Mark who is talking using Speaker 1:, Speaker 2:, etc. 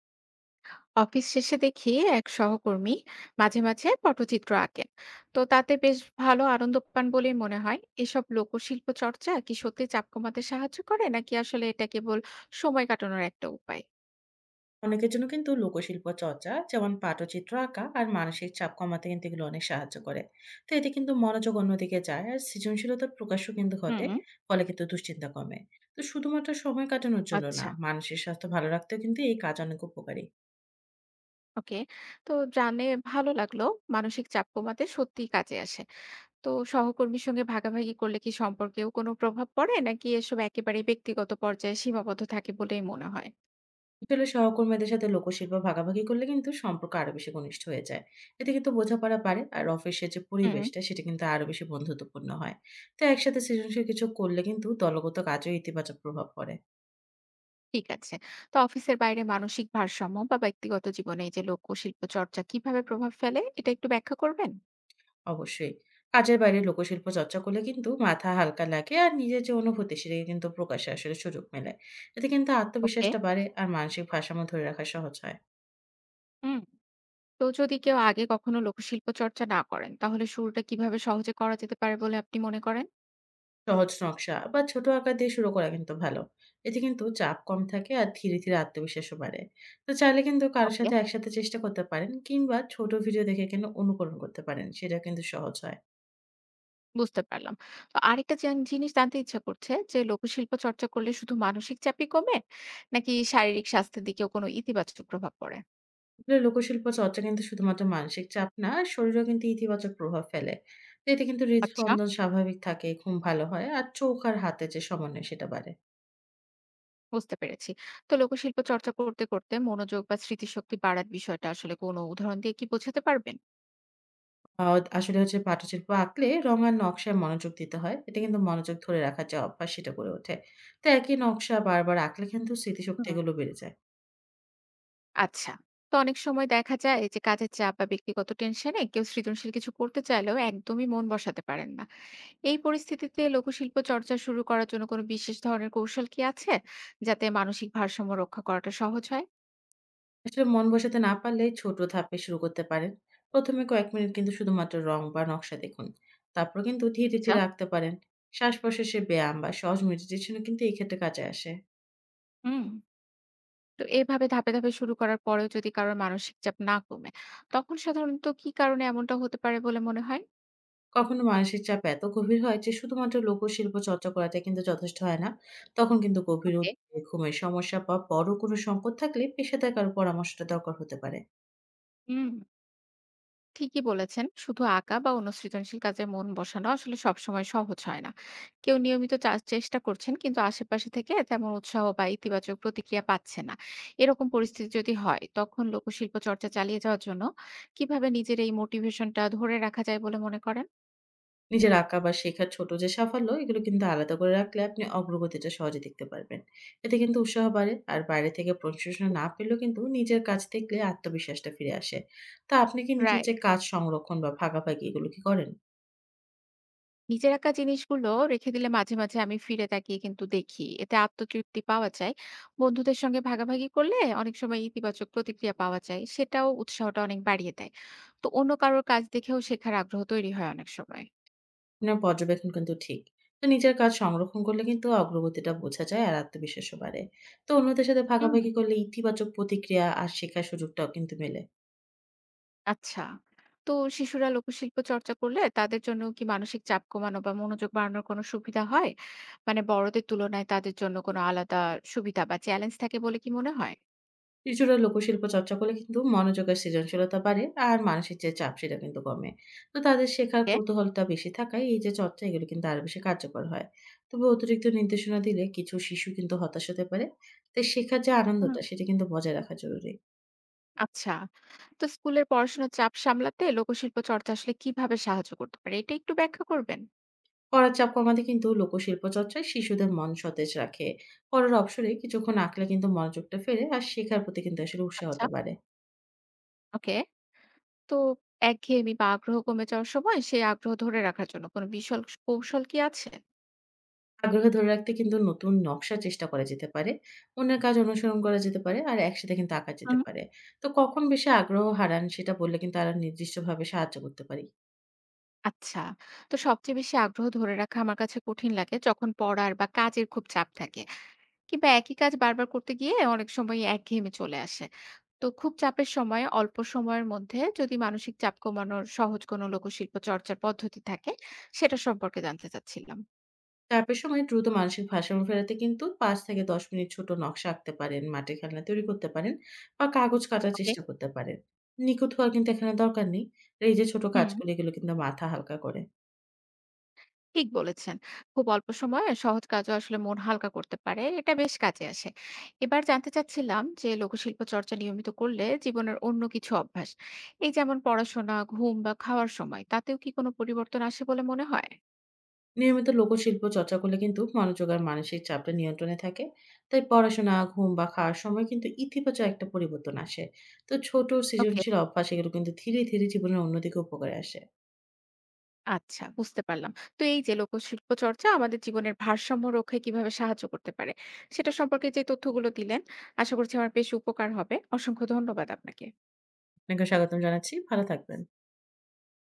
Speaker 1: Office শেষে দেখি এক সহকর্মী মাঝে মাঝে পটচিত্র আঁকেন। তো তাতে বেশ ভালো আনন্দ পান বলেই মনে হয়। এসব লোকশিল্প চর্চা কি সত্যি চাপ কমাতে সাহায্য করে, নাকি আসলে এটা কেবল সময় কাটানোর একটা উপায়?
Speaker 2: অনেকের জন্য কিন্তু লোকশিল্প চর্চা যেমন পাটচিত্র আঁকা আর মানসিক চাপ কমাতে কিন্তু এগুলো অনেক সাহায্য করে। তো এতে কিন্তু মনোযোগ অন্যদিকে যায় আর সৃজনশীলতার প্রকাশও কিন্তু
Speaker 1: হুম।
Speaker 2: ঘটে, ফলে কিন্তু দুশ্চিন্তা কমে। তো শুধুমাত্র সময় কাটানোর জন্য না,
Speaker 1: আচ্ছা।
Speaker 2: মানসিক স্বাস্থ্য ভালো রাখতেও কিন্তু এই কাজ অনেক উপকারী।
Speaker 1: ওকে। তো জানে, ভালো লাগলো। মানসিক চাপ কমাতে সত্যি কাজে আসে। তো সহকর্মীর সঙ্গে ভাগাভাগি করলে কি সম্পর্কেও কোনো প্রভাব পড়ে, নাকি এসব একেবারে ব্যক্তিগত পর্যায়ে সীমাবদ্ধ থাকে বলেই মনে হয়?
Speaker 2: আসলে সহকর্মীদের সাথে লোকশিল্প ভাগাভাগি করলে কিন্তু সম্পর্ক আরো বেশি ঘনিষ্ঠ হয়ে যায়। এতে কিন্তু বোঝাপড়া বাড়ে আর অফিসের যে
Speaker 1: হুম।
Speaker 2: পরিবেশটা সেটা কিন্তু আরো বেশি বন্ধুত্বপূর্ণ হয়। তো একসাথে সৃজনশীল কিছু করলে কিন্তু দলগত কাজেও ইতিবাচক প্রভাব পড়ে।
Speaker 1: ঠিক আছে। তো অফিসের বাইরে মানসিক ভারসাম্য বা ব্যক্তিগত জীবনে এই যে লোকশিল্প চর্চা কিভাবে প্রভাব ফেলে, এটা একটু ব্যাখ্যা করবেন?
Speaker 2: অবশ্যই। কাজের বাইরে লোকশিল্প চর্চা করলে কিন্তু মাথা হালকা লাগে আর নিজের যে অনুভূতি সেটাকে কিন্তু প্রকাশে আসলে সুযোগ মেলে। এতে কিন্তু
Speaker 1: ওকে।
Speaker 2: আত্মবিশ্বাসটা বাড়ে আর মানসিক ভারসাম্য ধরে রাখা সহজ হয়।
Speaker 1: হুম। তো যদি কেউ আগে কখনো লোকশিল্প চর্চা না করেন, তাহলে শুরুটা কিভাবে সহজে করা যেতে পারে বলে আপনি মনে করেন?
Speaker 2: সহজ নকশা বা ছোট আকার দিয়ে শুরু করা কিন্তু ভালো। এতে কিন্তু চাপ কম থাকে আর ধীরে, ধীরে আত্মবিশ্বাসও বাড়ে। তো চাইলে কিন্তু কারো
Speaker 1: ওকে।
Speaker 2: সাথে একসাথে চেষ্টা করতে পারেন কিংবা ছোট ভিডিও দেখে কিন্তু অনুকরণ করতে পারেন। সেটা কিন্তু সহজ হয়।
Speaker 1: বুঝতে পারলাম। তো আরেকটা জিনিস জানতে ইচ্ছা করছে, যে লোকশিল্প চর্চা করলে শুধু মানসিক চাপই কমে, নাকি শারীরিক স্বাস্থ্যের দিকেও কোনো ইতিবাচক প্রভাব পড়ে?
Speaker 2: আসলে লোকশিল্প চর্চা কিন্তু শুধুমাত্র মানসিক চাপ না, শরীরেও কিন্তু ইতিবাচক প্রভাব ফেলে। তো এতে কিন্তু
Speaker 1: আচ্ছা,
Speaker 2: হৃদস্পন্দন স্বাভাবিক থাকে, ঘুম ভালো হয় আর চোখ আর হাতে যে সমন্বয় সেটা বাড়ে।
Speaker 1: বুঝতে পেরেছি। তো লোকশিল্প চর্চা করতে, করতে মনোযোগ বা স্মৃতিশক্তি বাড়ার বিষয়টা আসলে কোনো উদাহরণ দিয়ে কি বোঝাতে পারবেন?
Speaker 2: আসলে হচ্ছে পাটশিল্প আঁকলে রং আর নকশায় মনোযোগ দিতে হয়। এটা কিন্তু মনোযোগ ধরে রাখার যে অভ্যাস সেটা গড়ে ওঠে। তো একই নকশা বারবার আঁকলে কিন্তু স্মৃতিশক্তি
Speaker 1: হুম।
Speaker 2: এগুলো বেড়ে যায়।
Speaker 1: আচ্ছা। তো অনেক সময় দেখা যায় যে কাজের চাপ বা ব্যক্তিগত টেনশনে কেউ সৃজনশীল কিছু করতে চাইলেও একদমই মন বসাতে পারেন না। এই পরিস্থিতিতে লোকশিল্প চর্চা শুরু করার জন্য কোনো বিশেষ ধরনের কৌশল কি আছে, যাতে মানসিক ভারসাম্য রক্ষা করাটা সহজ হয়?
Speaker 2: আসলে মন বসাতে না পারলে ছোট ধাপে শুরু করতে পারেন। ১ম এ কয়েক মিনিট কিন্তু শুধুমাত্র রং বা নকশা দেখুন। তারপর কিন্তু ধীরে,
Speaker 1: আচ্ছা,
Speaker 2: ধীরে আঁকতে পারেন। শ্বাস-প্রশ্বাসের ব্যায়াম বা সহজ মেডিটেশনও কিন্তু এই ক্ষেত্রে কাজে আসে।
Speaker 1: হুম। তো এভাবে ধাপে, ধাপে শুরু করার পরেও যদি কারোর মানসিক চাপ না কমে, তখন সাধারণত কি কারণে এমনটা হতে পারে বলে মনে হয়?
Speaker 2: কখনো মানসিক চাপ এত গভীর হয় যে শুধুমাত্র লোকশিল্প চর্চা করাটা কিন্তু যথেষ্ট হয় না। তখন কিন্তু গভীর
Speaker 1: ওকে,
Speaker 2: উদ্বেগ, ঘুমের সমস্যা বা বড় কোনো সংকট থাকলে পেশাদার কারো পরামর্শটা দরকার হতে পারে।
Speaker 1: হুম। ঠিকই বলেছেন, শুধু আঁকা বা অন্য সৃজনশীল কাজে মন বসানো আসলে সবসময় সহজ হয় না। কেউ নিয়মিত চেষ্টা করছেন কিন্তু আশেপাশে থেকে তেমন উৎসাহ বা ইতিবাচক প্রতিক্রিয়া পাচ্ছে না, এরকম পরিস্থিতি যদি হয়, তখন লোকশিল্প চর্চা চালিয়ে যাওয়ার জন্য কিভাবে নিজের এই মোটিভেশনটা ধরে রাখা যায় বলে মনে করেন?
Speaker 2: নিজের আঁকা বা শেখার ছোট যে সাফল্য এগুলো কিন্তু আলাদা করে রাখলে আপনি অগ্রগতিটা সহজে দেখতে পারবেন। এতে কিন্তু উৎসাহ বাড়ে আর বাইরে থেকে প্রশংসা না পেলেও কিন্তু নিজের কাজ দেখলে আত্মবিশ্বাসটা ফিরে আসে। তো আপনি কি নিজের
Speaker 1: রাইট।
Speaker 2: যে কাজ সংরক্ষণ বা ভাগাভাগি এগুলো কি করেন?
Speaker 1: নিজের আঁকা জিনিসগুলো রেখে দিলে মাঝে মাঝে আমি ফিরে তাকিয়ে কিন্তু দেখি, এতে আত্মতৃপ্তি পাওয়া যায়। বন্ধুদের সঙ্গে ভাগাভাগি করলে অনেক সময় ইতিবাচক প্রতিক্রিয়া পাওয়া যায়, সেটাও উৎসাহটা অনেক বাড়িয়ে দেয়। তো অন্য কারোর কাজ দেখেও শেখার আগ্রহ তৈরি হয় অনেক সময়।
Speaker 2: আপনার পর্যবেক্ষণ কিন্তু ঠিক। তো নিজের কাজ সংরক্ষণ করলে কিন্তু অগ্রগতিটা বোঝা যায় আর আত্মবিশ্বাসও বাড়ে। তো অন্যদের সাথে
Speaker 1: হুম।
Speaker 2: ভাগাভাগি করলে ইতিবাচক প্রতিক্রিয়া আর শেখার সুযোগটাও কিন্তু মেলে।
Speaker 1: আচ্ছা। তো শিশুরা লোকশিল্প চর্চা করলে তাদের জন্য কি মানসিক চাপ কমানো বা মনোযোগ বাড়ানোর কোনো সুবিধা হয়? মানে বড়দের তুলনায় তাদের জন্য কোনো আলাদা সুবিধা বা চ্যালেঞ্জ থাকে বলে কি মনে হয়?
Speaker 2: শিশুরা লোকশিল্প চর্চা করলে কিন্তু মনোযোগ আর সৃজনশীলতা বাড়ে আর মানসিক যে চাপ সেটা কিন্তু কমে। তো তাদের শেখার কৌতূহলটা বেশি থাকায় এই যে চর্চা এগুলো কিন্তু আরো বেশি কার্যকর হয়। তবে অতিরিক্ত নির্দেশনা দিলে কিছু শিশু কিন্তু হতাশ হতে পারে। তাই শেখার যে
Speaker 1: এ?
Speaker 2: আনন্দটা সেটা কিন্তু বজায় রাখা জরুরি।
Speaker 1: আচ্ছা। তো স্কুলের পড়াশোনার চাপ সামলাতে লোকশিল্প চর্চা আসলে কিভাবে সাহায্য করতে পারে? এটা একটু ব্যাখ্যা করবেন?
Speaker 2: পড়ার চাপ কমাতে কিন্তু লোকশিল্প চর্চায় শিশুদের মন সতেজ রাখে। পড়ার অবসরে কিছুক্ষণ আঁকলে কিন্তু মনোযোগটা ফেরে আর শেখার প্রতি কিন্তু আসলে
Speaker 1: আচ্ছা,
Speaker 2: উৎসাহটা বাড়ে।
Speaker 1: ওকে। তো একঘেয়েমি বা আগ্রহ কমে যাওয়ার সময় সেই আগ্রহ ধরে রাখার জন্য কোনো কৌশল কি আছে?
Speaker 2: আগ্রহ ধরে রাখতে কিন্তু নতুন নকশা চেষ্টা করা যেতে পারে, অন্যের কাজ অনুসরণ করা যেতে পারে, আর একসাথে কিন্তু আঁকা যেতে
Speaker 1: হুম।
Speaker 2: পারে। তো কখন বেশি আগ্রহ হারান সেটা বললে কিন্তু আরো নির্দিষ্টভাবে সাহায্য করতে পারি।
Speaker 1: আচ্ছা। তো সবচেয়ে বেশি আগ্রহ ধরে রাখা আমার কাছে কঠিন লাগে যখন পড়ার বা কাজের খুব চাপ থাকে। কিংবা একই কাজ বারবার করতে গিয়ে অনেক সময় একঘেয়েমি চলে আসে। তো খুব চাপের সময় অল্প সময়ের মধ্যে যদি মানসিক চাপ কমানোর সহজ কোনো লোকশিল্প চর্চার পদ্ধতি থাকে, সেটা সম্পর্কে জানতে চাচ্ছিলাম।
Speaker 2: চাপের সময় দ্রুত মানসিক ভারসাম্য ফেরাতে কিন্তু ৫ থেকে ১০ মিনিট ছোট নকশা আঁকতে পারেন, মাটির খেলনা তৈরি করতে পারেন বা কাগজ কাটার
Speaker 1: ওকে।
Speaker 2: চেষ্টা করতে পারেন। নিখুঁত হওয়ার কিন্তু এখানে দরকার নেই। এই যে ছোট
Speaker 1: হুম,
Speaker 2: কাজগুলো এগুলো কিন্তু মাথা হালকা করে।
Speaker 1: ঠিক বলেছেন। খুব অল্প সময়ে সহজ কাজও আসলে মন হালকা করতে পারে। এটা বেশ কাজে আসে। এবার জানতে চাচ্ছিলাম যে লোকশিল্প চর্চা নিয়মিত করলে জীবনের অন্য কিছু অভ্যাস, এই যেমন পড়াশোনা, ঘুম বা খাওয়ার সময়, তাতেও কি কোনো পরিবর্তন আসে বলে মনে হয়?
Speaker 2: নিয়মিত লোকশিল্প চর্চা করলে কিন্তু মনোযোগ আর মানসিক চাপটা নিয়ন্ত্রণে থাকে। তাই পড়াশোনা, ঘুম বা খাওয়ার সময় কিন্তু ইতিবাচক একটা পরিবর্তন আসে। তো ছোট
Speaker 1: ওকে।
Speaker 2: সৃজনশীল অভ্যাস এগুলো কিন্তু ধীরে ধীরে জীবনের অন্যদিকে উপকারে আসে।
Speaker 1: আচ্ছা, বুঝতে পারলাম। তো এই যে লোকশিল্প চর্চা আমাদের জীবনের ভারসাম্য রক্ষায় কিভাবে সাহায্য করতে পারে, সেটা সম্পর্কে যে তথ্যগুলো দিলেন, আশা করছি আমার বেশ উপকার হবে। অসংখ্য ধন্যবাদ আপনাকে।
Speaker 2: আপনাকে স্বাগতম জানাচ্ছি, ভালো থাকবেন।